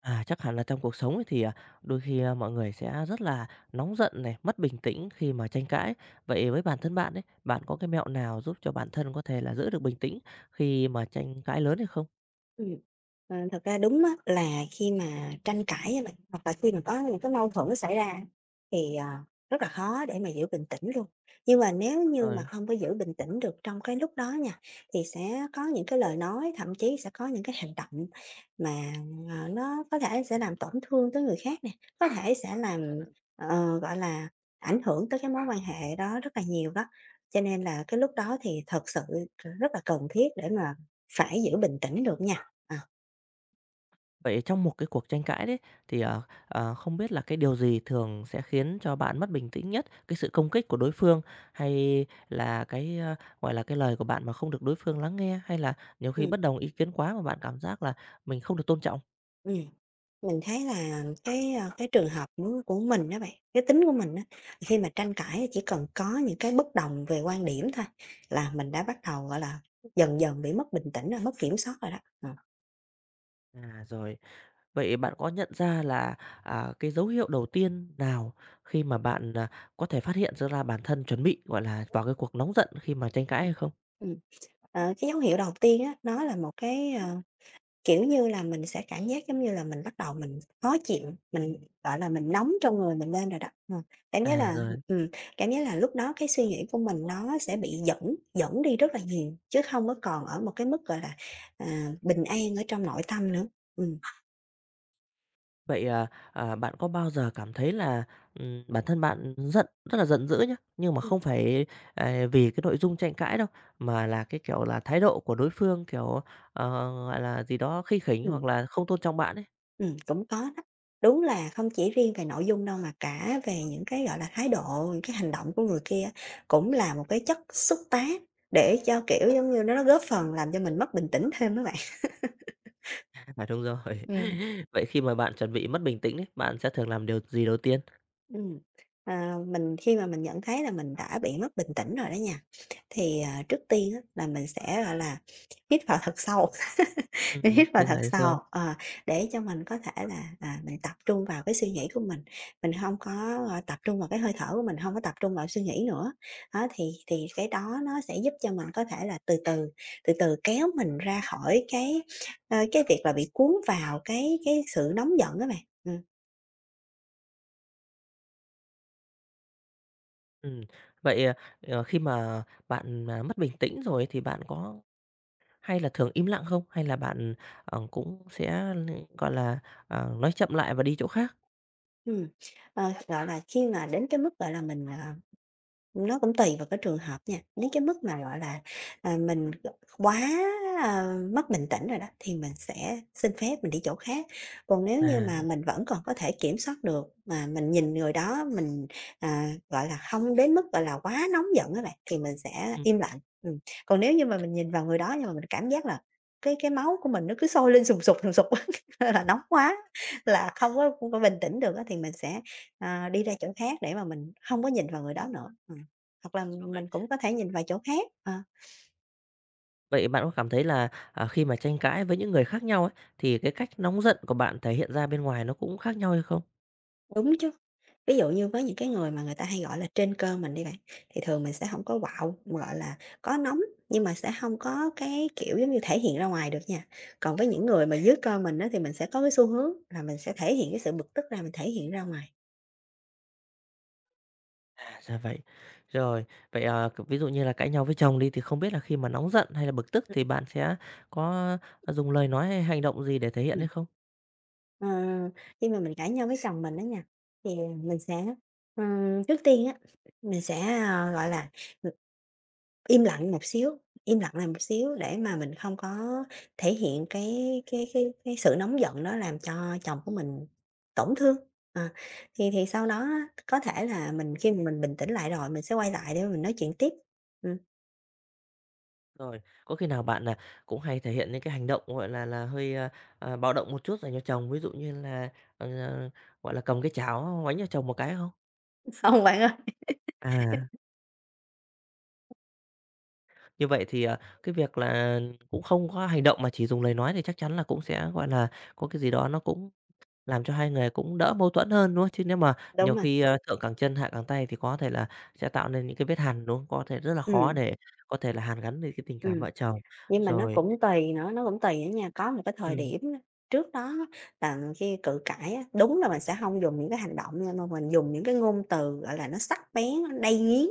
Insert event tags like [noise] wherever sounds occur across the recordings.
Chắc hẳn là trong cuộc sống thì đôi khi, mọi người sẽ rất là nóng giận này, mất bình tĩnh khi mà tranh cãi. Vậy với bản thân bạn ấy, bạn có cái mẹo nào giúp cho bản thân có thể là giữ được bình tĩnh khi mà tranh cãi lớn hay không? Ừm, thật ra đúng á, là khi mà tranh cãi á bạn, hoặc là khi mà có những cái mâu thuẫn xảy ra thì, rất là khó để mà giữ bình tĩnh luôn. Nhưng mà nếu như mà Rồi, không có giữ bình tĩnh được trong cái lúc đó nha, thì sẽ có những cái lời nói, thậm chí sẽ có những cái hành động mà, nó có thể sẽ làm tổn thương tới người khác nè, có thể sẽ làm, gọi là, ảnh hưởng tới cái mối quan hệ đó rất là nhiều đó. Cho nên là cái lúc đó thì thật sự rất là cần thiết để mà phải giữ bình tĩnh được nha. À. vậy trong một cái cuộc tranh cãi đấy thì, không biết là cái điều gì thường sẽ khiến cho bạn mất bình tĩnh nhất? Cái sự công kích của đối phương hay là cái cái lời của bạn mà không được đối phương lắng nghe, hay là nhiều khi Ừm, bất đồng ý kiến quá mà bạn cảm giác là mình không được tôn trọng? ừm. Mình thấy là cái trường hợp của mình đó bạn, cái tính của mình đó khi mà tranh cãi chỉ cần có những cái bất đồng về quan điểm thôi là mình đã bắt đầu, gọi là, dần dần bị mất bình tĩnh rồi, mất kiểm soát rồi đó. Ờ. À, rồi. Vậy bạn có nhận ra là, cái dấu hiệu đầu tiên nào khi mà bạn có thể phát hiện ra bản thân chuẩn bị, gọi là, vào cái cuộc nóng giận khi mà tranh cãi hay không? Ừm, cái dấu hiệu đầu tiên á, nó là một cái, kiểu như là, mình sẽ cảm giác giống như là mình bắt đầu mình khó chịu, gọi là, mình nóng trong người mình lên rồi đó. Cảm giác À, là rồi. ừm, cảm giác là lúc đó cái suy nghĩ của mình nó sẽ bị dẫn dẫn đi rất là nhiều, chứ không có còn ở một cái mức, gọi là, bình an ở trong nội tâm nữa. Ừm, Vậy, bạn có bao giờ cảm thấy là bản thân bạn giận rất là giận dữ nhá, nhưng mà Ừm. không phải vì cái nội dung tranh cãi đâu, mà là cái, kiểu là, thái độ của đối phương, kiểu, ờ, gì đó, khinh khỉnh ừm, hoặc là không tôn trọng bạn ấy? cũng có đó. Đúng là không chỉ riêng về nội dung đâu mà cả về những cái, gọi là, thái độ, những cái hành động của người kia á, cũng là một cái chất xúc tác để cho, kiểu, giống như, nó góp phần làm cho mình mất bình tĩnh thêm đó bạn. À, đúng rồi. Ừm. [laughs] Vậy khi mà bạn chuẩn bị mất bình tĩnh ấy, bạn sẽ thường làm điều gì đầu tiên? Ừm, mình khi mà mình nhận thấy là mình đã bị mất bình tĩnh rồi đó nha, thì, trước tiên á là mình sẽ, gọi là, hít vào thật sâu, [laughs] mình hít vào Bây giờ thật thì sâu, sao? Để cho mình có thể là, mình tập trung vào cái suy nghĩ của mình không có, tập trung vào cái hơi thở của mình, không có tập trung vào suy nghĩ nữa. Đó, thì cái đó nó sẽ giúp cho mình có thể là từ từ, từ từ kéo mình ra khỏi cái việc là bị cuốn vào cái sự nóng giận đó bạn. Ừm, vậy, khi mà bạn mất bình tĩnh rồi thì bạn có hay là thường im lặng không? Hay là bạn cũng sẽ, gọi là, nói chậm lại và đi chỗ khác? Ừm, gọi là, khi mà đến cái mức, gọi là, nó cũng tùy vào cái trường hợp nha, nếu cái mức mà, gọi là, mình quá, à, mất bình tĩnh rồi đó, thì mình sẽ xin phép mình đi chỗ khác. Còn nếu như À, mà mình vẫn còn có thể kiểm soát được, mà mình nhìn người đó mình, gọi là, không đến mức, gọi là, quá nóng giận các bạn, thì mình sẽ ừm, im lặng. Còn nếu như mà mình nhìn vào người đó nhưng mà mình cảm giác là cái máu của mình nó cứ sôi lên sùng sục [laughs] là nóng quá, là không có bình tĩnh được á, thì mình sẽ, đi ra chỗ khác để mà mình không có nhìn vào người đó nữa. Ừm. Hoặc là rồi. mình cũng có thể nhìn vào chỗ khác, Vậy bạn có cảm thấy là khi mà tranh cãi với những người khác nhau ấy, thì cái cách nóng giận của bạn thể hiện ra bên ngoài nó cũng khác nhau hay không? đúng chứ. Ví dụ như với những cái người mà người ta hay gọi là trên cơ mình đi bạn, thì thường mình sẽ không có quạu, gọi là, có nóng nhưng mà sẽ không có cái, kiểu, giống như thể hiện ra ngoài được nha. Còn với những người mà dưới cơ mình á, thì mình sẽ có cái xu hướng là mình sẽ thể hiện cái sự bực tức ra, mình thể hiện ra ngoài. À, ra vậy. Rồi, vậy, ờ, c ví dụ như là cãi nhau với chồng đi thì không biết là khi mà nóng giận hay là bực tức thì bạn sẽ có dùng lời nói hay hành động gì để thể hiện Ừm, hay không? ờ, khi mà mình cãi nhau với chồng mình đó nha, thì mình sẽ, trước tiên á, mình sẽ, gọi là im lặng một xíu, im lặng lại một xíu để mà mình không có thể hiện cái sự nóng giận đó làm cho chồng của mình tổn thương. Ờ, thì sau đó á, có thể là mình khi mà mình bình tĩnh lại rồi, mình sẽ quay lại để mà mình nói chuyện tiếp. Ừm. Rồi, có khi nào bạn, là cũng hay thể hiện những cái hành động, gọi là, hơi bạo động một chút dành cho chồng, ví dụ như là, ờ, ờ, gọi là, cầm cái chảo đánh cho chồng một cái không? [laughs] Không bạn ơi. À, Như vậy thì cái việc là cũng không có hành động mà chỉ dùng lời nói thì chắc chắn là cũng sẽ, gọi là, có cái gì đó nó cũng làm cho hai người cũng đỡ mâu thuẫn hơn, đúng không? Chứ nếu mà Đúng nhiều rồi, khi, thượng cẳng chân hạ cẳng tay thì có thể là sẽ tạo nên những cái vết hằn, đúng không? Có thể rất là ừ, khó để có thể là hàn gắn lên cái tình ừ. cảm vợ chồng. Nhưng mà nó Rồi, cũng tùy nữa, nó cũng tùy nữa nha. Có một cái thời ừm, điểm á, trước đó á, là khi cự cãi á, đúng là mình sẽ không dùng những cái hành động nha, mà mình dùng những cái ngôn từ, gọi là, nó sắc bén, nó đay nghiến,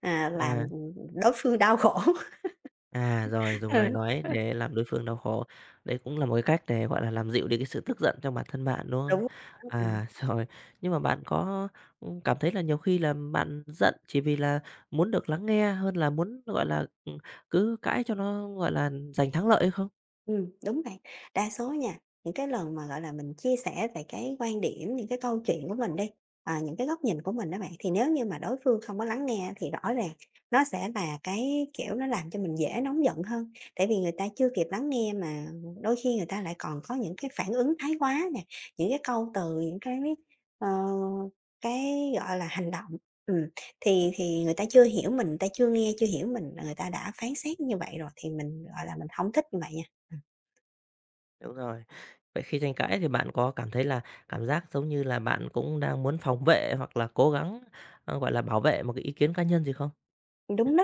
làm à. đối phương đau khổ. [laughs] À, rồi, dùng lời Ừ. nói để làm đối phương đau khổ. Đấy cũng là một cái cách để, gọi là, làm dịu đi cái sự tức giận trong bản thân bạn, đúng không? Đúng. Ừm. À, [laughs] rồi, nhưng mà bạn có cảm thấy là nhiều khi là bạn giận chỉ vì là muốn được lắng nghe hơn là muốn, gọi là, cứ cãi cho nó, gọi là, giành thắng lợi hay không? Đúng bạn. Đa số nha, những cái lần mà, gọi là, mình chia sẻ về cái quan điểm, những cái câu chuyện của mình đi, những cái góc nhìn của mình đó bạn, thì nếu như mà đối phương không có lắng nghe thì rõ ràng nó sẽ là cái, kiểu, nó làm cho mình dễ nóng giận hơn. Tại vì người ta chưa kịp lắng nghe mà đôi khi người ta lại còn có những cái phản ứng thái quá nè, những cái câu từ, những ờ, gọi là, hành động. Ừm, thì người ta chưa hiểu mình, người ta chưa nghe, chưa hiểu mình là người ta đã phán xét như vậy rồi, thì mình, gọi là, mình không thích như vậy nha. Đúng rồi. Vậy khi tranh cãi thì bạn có cảm thấy là cảm giác giống như là bạn cũng đang muốn phòng vệ hoặc là cố gắng, gọi là, bảo vệ một cái ý kiến cá nhân gì không? Đúng đó.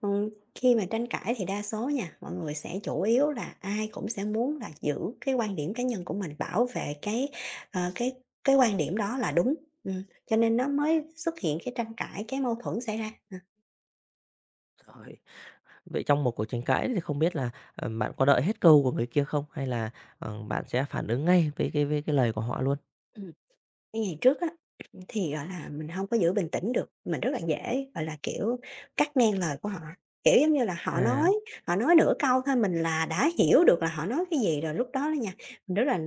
Khi mà tranh cãi thì đa số nha, mọi người sẽ chủ yếu là ai cũng sẽ muốn là giữ cái quan điểm cá nhân của mình, bảo vệ cái, ờ, cái quan điểm đó là đúng, cho nên nó mới xuất hiện cái tranh cãi, cái mâu thuẫn xảy ra. À, Rồi. Vậy trong một cuộc tranh cãi thì không biết là, bạn có đợi hết câu của người kia không? Hay là, bạn sẽ phản ứng ngay với với cái lời của họ luôn? ngày trước á, thì, gọi là, mình không có giữ bình tĩnh được, mình rất là dễ, gọi là, kiểu, cắt ngang lời của họ. Kiểu, giống như là, họ À, nói họ nói nửa câu thôi mình là đã hiểu được là họ nói cái gì rồi, lúc đó đó nha, mình rất là,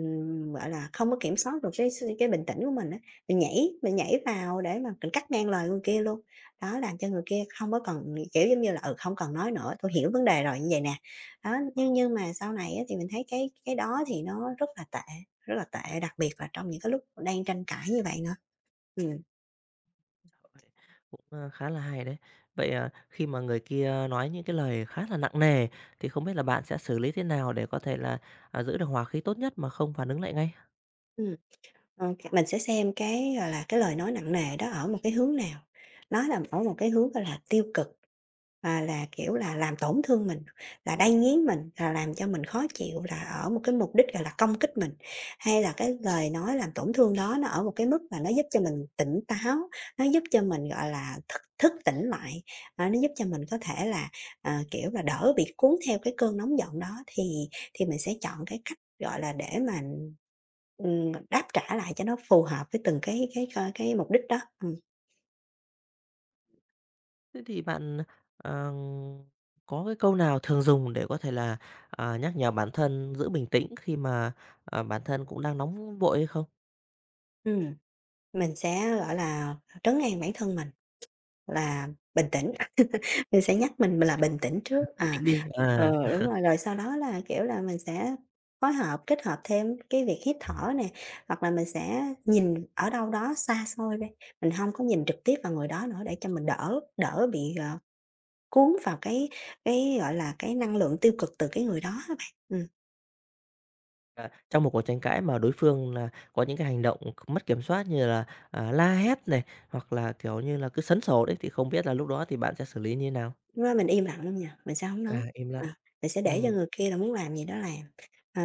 gọi là, không có kiểm soát được cái bình tĩnh của mình á, mình nhảy vào để mà mình cắt ngang lời người kia luôn. Đó, làm cho người kia không có cần, kiểu, giống như là, "Ừ, không cần nói nữa, tôi hiểu vấn đề rồi" như vậy nè. Đó, nhưng mà sau này á, thì mình thấy cái đó thì nó rất là tệ. Rất là tệ, đặc biệt là trong những cái lúc đang tranh cãi như vậy nữa. Ừm. Vậy cũng khá là hay đấy. Vậy, khi mà người kia nói những cái lời khá là nặng nề thì không biết là bạn sẽ xử lý thế nào để có thể là giữ được hòa khí tốt nhất mà không phản ứng lại ngay? Ừm. Ờ, c mình sẽ xem cái, gọi là, cái lời nói nặng nề đó ở một cái hướng nào, nó là ở một cái hướng, gọi là, tiêu cực, là, kiểu là, làm tổn thương mình, là đay nghiến mình, là làm cho mình khó chịu, là ở một cái mục đích, gọi là, công kích mình, hay là cái lời nói làm tổn thương đó nó ở một cái mức mà nó giúp cho mình tỉnh táo, nó giúp cho mình, gọi là, thức thức tỉnh lại, nó giúp cho mình có thể là, kiểu là, đỡ bị cuốn theo cái cơn nóng giận đó thì mình sẽ chọn cái cách, gọi là, để mà đáp trả lại cho nó phù hợp với từng cái mục đích đó. Ừm. Thế thì bạn, ờ, có cái câu nào thường dùng để có thể là nhắc nhở bản thân giữ bình tĩnh khi mà bản thân cũng đang nóng vội hay không? Ừm. Mình sẽ, gọi là, trấn an bản thân mình là bình tĩnh, [laughs] mình sẽ nhắc mình là bình tĩnh trước, Bình tĩnh đi, à. Đúng rồi, rồi sau đó là, kiểu là, mình sẽ phối hợp, kết hợp thêm cái việc hít thở nè, hoặc là mình sẽ nhìn ở đâu đó xa xôi đi, mình không có nhìn trực tiếp vào người đó nữa để cho mình đỡ đỡ bị, cuốn vào cái, gọi là, cái năng lượng tiêu cực từ cái người đó á bạn. Ừm. À, trong một cuộc tranh cãi mà đối phương là có những cái hành động mất kiểm soát như là la hét này, hoặc là, kiểu như là, cứ sấn sổ đấy, thì không biết là lúc đó thì bạn sẽ xử lý như thế nào? Lúc đó mình im lặng luôn nha, mình sẽ hổng nói, À, im lặng. ờ, mình sẽ để cho Ừm. người kia là muốn làm gì đó làm. Ờ,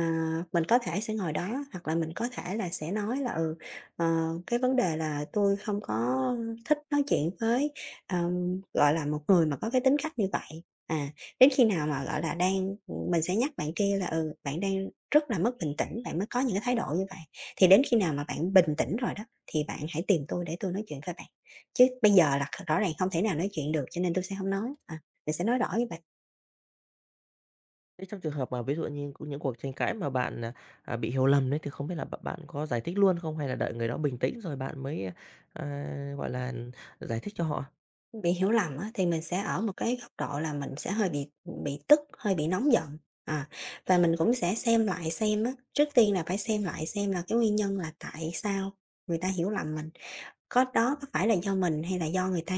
mình có thể sẽ ngồi đó, hoặc là mình có thể là sẽ nói là, ờ, cái vấn đề là tui không có thích nói chuyện với, gọi là, một người mà có cái tính cách như vậy. À, đến khi nào mà, gọi là, đang mình sẽ nhắc bạn kia là, ừ, bạn đang rất là mất bình tĩnh, bạn mới có những cái thái độ như vậy, thì đến khi nào mà bạn bình tĩnh rồi đó, thì bạn hãy tìm tui để tui nói chuyện với bạn, chứ bây giờ là rõ ràng không thể nào nói chuyện được cho nên tui sẽ hông nói. À. Mình sẽ nói rõ với bạn, Thế trong trường hợp mà ví dụ như có những cuộc tranh cãi mà bạn, bị hiểu lầm đấy, thì không biết là bạn có giải thích luôn không hay là đợi người đó bình tĩnh rồi bạn mới, gọi là, giải thích cho họ? bị hiểu lầm á, thì mình sẽ ở một cái góc độ là mình sẽ hơi bị tức, hơi bị nóng giận, à, và mình cũng sẽ xem lại xem á, trước tiên là phải xem lại xem là cái nguyên nhân là tại sao người ta hiểu lầm mình. Có đó có phải là do mình hay là do người ta?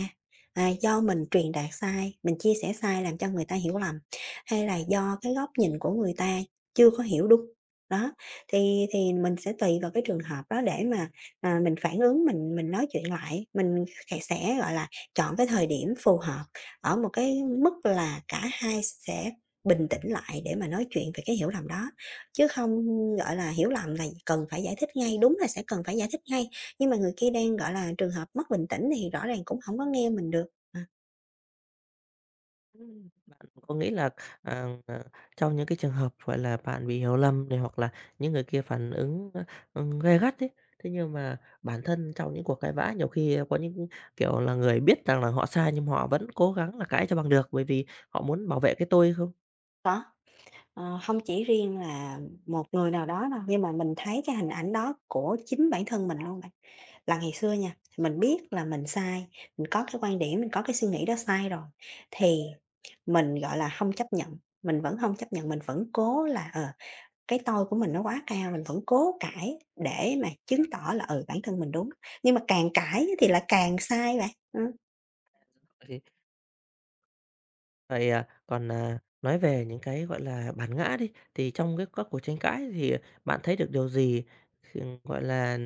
À, do mình truyền đạt sai, mình chia sẻ sai làm cho người ta hiểu lầm, hay là do cái góc nhìn của người ta chưa có hiểu đúng? Đó, thì mình sẽ tùy vào cái trường hợp đó để mà, mình phản ứng, mình nói chuyện lại, mình sẽ, gọi là, chọn cái thời điểm phù hợp, ở một cái mức là cả hai sẽ bình tĩnh lại để mà nói chuyện về cái hiểu lầm đó, chứ không, gọi là, hiểu lầm là cần phải giải thích ngay, đúng là sẽ cần phải giải thích ngay. Nhưng mà người kia đang, gọi là, trường hợp mất bình tĩnh thì rõ ràng cũng hổng có nghe mình được. À. Ừ. Có nghĩa là, à, ờ, trong những cái trường hợp, gọi là, bạn bị hiểu lầm này, hoặc là những người kia phản ứng, gay gắt ấy, thế nhưng mà bản thân trong những cuộc cãi vã nhiều khi có những, kiểu là, người biết rằng là họ sai nhưng họ vẫn cố gắng là cãi cho bằng được, bởi vì họ muốn bảo vệ cái tôi không? Có, hông chỉ riêng là một người nào đó đâu, nhưng mà mình thấy cái hình ảnh đó của chính bản thân mình luôn bạn. Là ngày xưa nha, mình biết là mình sai, mình có cái quan điểm, mình có cái suy nghĩ đó sai rồi, thì mình, gọi là, hông chấp nhận, mình vẫn hông chấp nhận, mình vẫn cố là, cái tôi của mình nó quá cao, mình vẫn cố cãi để mà chứng tỏ là, ừ, bản thân mình đúng, nhưng mà càng cãi thì lại càng sai bạn. Thì vậy, còn nói về những cái, gọi là, bản ngã đi, thì trong cái các cuộc tranh cãi thì bạn thấy được điều gì, gọi là,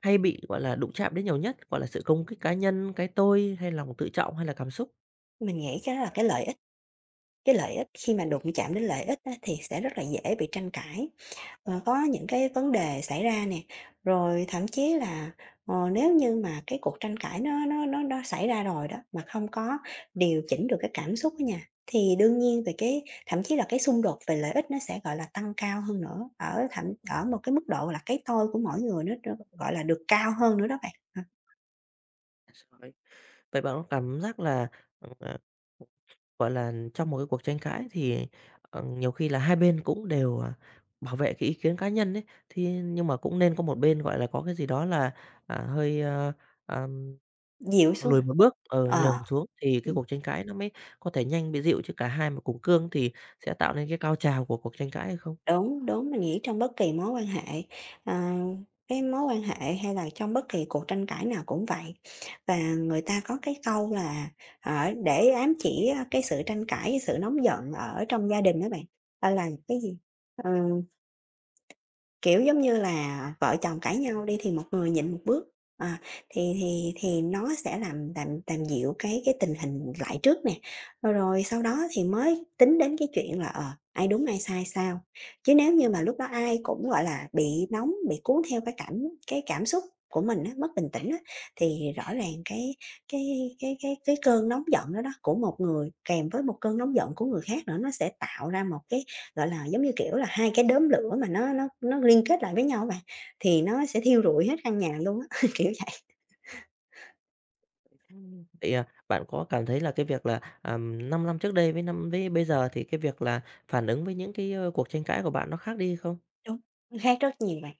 hay bị, gọi là, đụng chạm đến nhiều nhất? Gọi là, sự công kích cá nhân, cái tôi hay lòng tự trọng hay là cảm xúc? Mình nghĩ cái đó là cái lợi ích. Cái lợi ích khi mà Vậy đụng chạm đến lợi ích á, thì sẽ rất là dễ bị tranh cãi, và có những cái vấn đề xảy ra nè. Rồi thậm chí là, nếu như mà cái cuộc tranh cãi nó xảy ra rồi đó, mà không có điều chỉnh được cái cảm xúc á nha, thì đương nhiên về cái thậm chí là cái xung đột về lợi ích nó sẽ, gọi là, tăng cao hơn nữa, ở ở một cái mức độ là cái tôi của mỗi người nó, gọi là, được cao hơn nữa đó bạn, ờ, rồi. Vậy bạn có cảm giác là, ờ, ờ, gọi là, trong một cái cuộc tranh cãi thì, nhiều khi là hai bên cũng đều bảo vệ cái ý kiến cá nhân ấy, thì nhưng mà cũng nên có một bên, gọi là, có cái gì đó là, hơi, ờm, dịu xuống. lùi Hả? một bước, Ờ. nhường xuống thì cái cuộc tranh cãi nó mới có thể nhanh bị dịu, chứ cả hai mà cùng cương thì sẽ tạo nên cái cao trào của cuộc tranh cãi hay không? Đúng, đúng, mình nghĩ trong bất kỳ mối quan hệ, à, cái mối quan hệ hay là trong bất kỳ cuộc tranh cãi nào cũng vậy. Và người ta có cái câu là, để ám chỉ, cái sự tranh cãi, cái sự nóng giận ở trong gia đình á bạn, gọi là cái gì? Ờ Kiểu, giống như là, vợ chồng cãi nhau đi thì một người nhịn một bước, à, thì nó sẽ làm dịu cái tình hình lại trước nè, rồi rồi sau đó thì mới tính đến cái chuyện là, ai đúng ai sai sao. Chứ nếu như mà lúc đó ai cũng, gọi là, bị nóng, bị cuốn theo cái cảm xúc của mình á, mất bình tĩnh á, thì rõ ràng cái cơn nóng giận đó đó của một người kèm với một cơn nóng giận của người khác nữa nó sẽ tạo ra một cái. Gọi là, giống như kiểu là, hai cái đốm lửa mà nó liên kết lại với nhau á bạn, thì nó sẽ thiêu rụi hết căn nhà luôn á, [laughs] kiểu vậy. Ừm. Vậy, bạn có cảm thấy là cái việc là, 5 năm trước đây với năm với bây giờ thì cái việc là phản ứng với những cái cuộc tranh cãi của bạn nó khác đi không? Đúng. Khác rất nhiều bạn.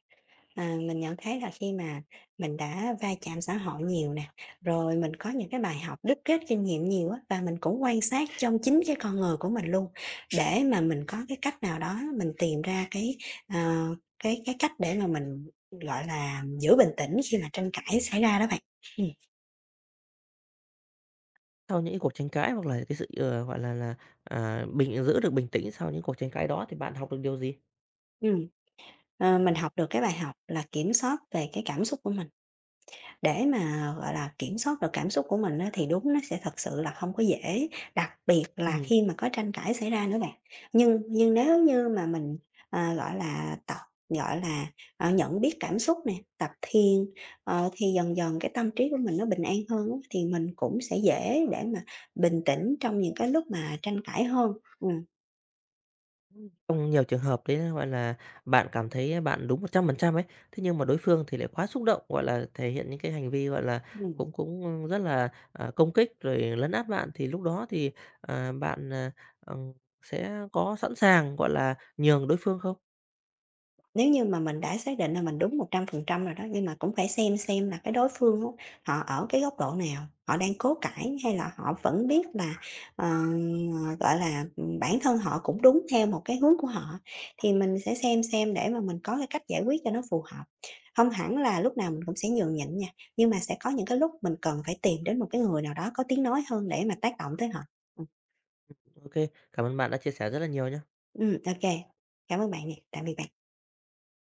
À, mình nhận thấy là khi mà mình đã va chạm xã hội nhiều nè, rồi mình có những cái bài học đúc kết kinh nghiệm nhiều á, và mình cũng quan sát trong chính cái con người của mình luôn, để mà mình có cái cách nào đó mình tìm ra cái, ờ, cái cách để mà mình, gọi là, giữ bình tĩnh khi mà tranh cãi xảy ra đó bạn. Ừ. Sau những cái cuộc tranh cãi hoặc là cái sự, ờ, gọi là, à, bình giữ được bình tĩnh sau những cuộc tranh cãi đó thì bạn học được điều gì? Ừm. Ờ, mình học được cái bài học là kiểm soát về cái cảm xúc của mình. Để mà, gọi là, kiểm soát được cảm xúc của mình á thì đúng nó sẽ thật sự là không có dễ, đặc biệt là Ừm. khi mà có tranh cãi xảy ra nữa bạn. Nhưng nếu như mà mình, gọi là, gọi là, nhận biết cảm xúc nè, tập thiền, thì dần dần cái tâm trí của mình nó bình an hơn á, thì mình cũng sẽ dễ để mà bình tĩnh trong những cái lúc mà tranh cãi hơn. Ừm, Trong nhiều trường hợp đấy, gọi là, bạn cảm thấy bạn đúng 100% ấy, thế nhưng mà đối phương thì lại quá xúc động, gọi là, thể hiện những cái hành vi, gọi là, ừm. cũng cũng rất là công kích rồi lấn át bạn, thì lúc đó thì bạn, ừm, sẽ có sẵn sàng, gọi là, nhường đối phương không? Nếu như mà mình đã xác định là mình đúng 100% rồi đó, nhưng mà cũng phải xem là cái đối phương á, họ ở cái góc độ nào, họ đang cố cãi hay là họ vẫn biết là, ờ, gọi là, ừ, bản thân họ cũng đúng theo một cái hướng của họ, thì mình sẽ xem để mà mình có cái cách giải quyết cho nó phù hợp. Không hẳn là lúc nào mình cũng sẽ nhường nhịn nha, nhưng mà sẽ có những cái lúc mình cần phải tìm đến một cái người nào đó có tiếng nói hơn để mà tác động tới họ. Ừ. OK, cảm ơn bạn đã chia sẻ rất là nhiều nhé. Ừ, ok. Cảm ơn bạn nè, tạm biệt bạn.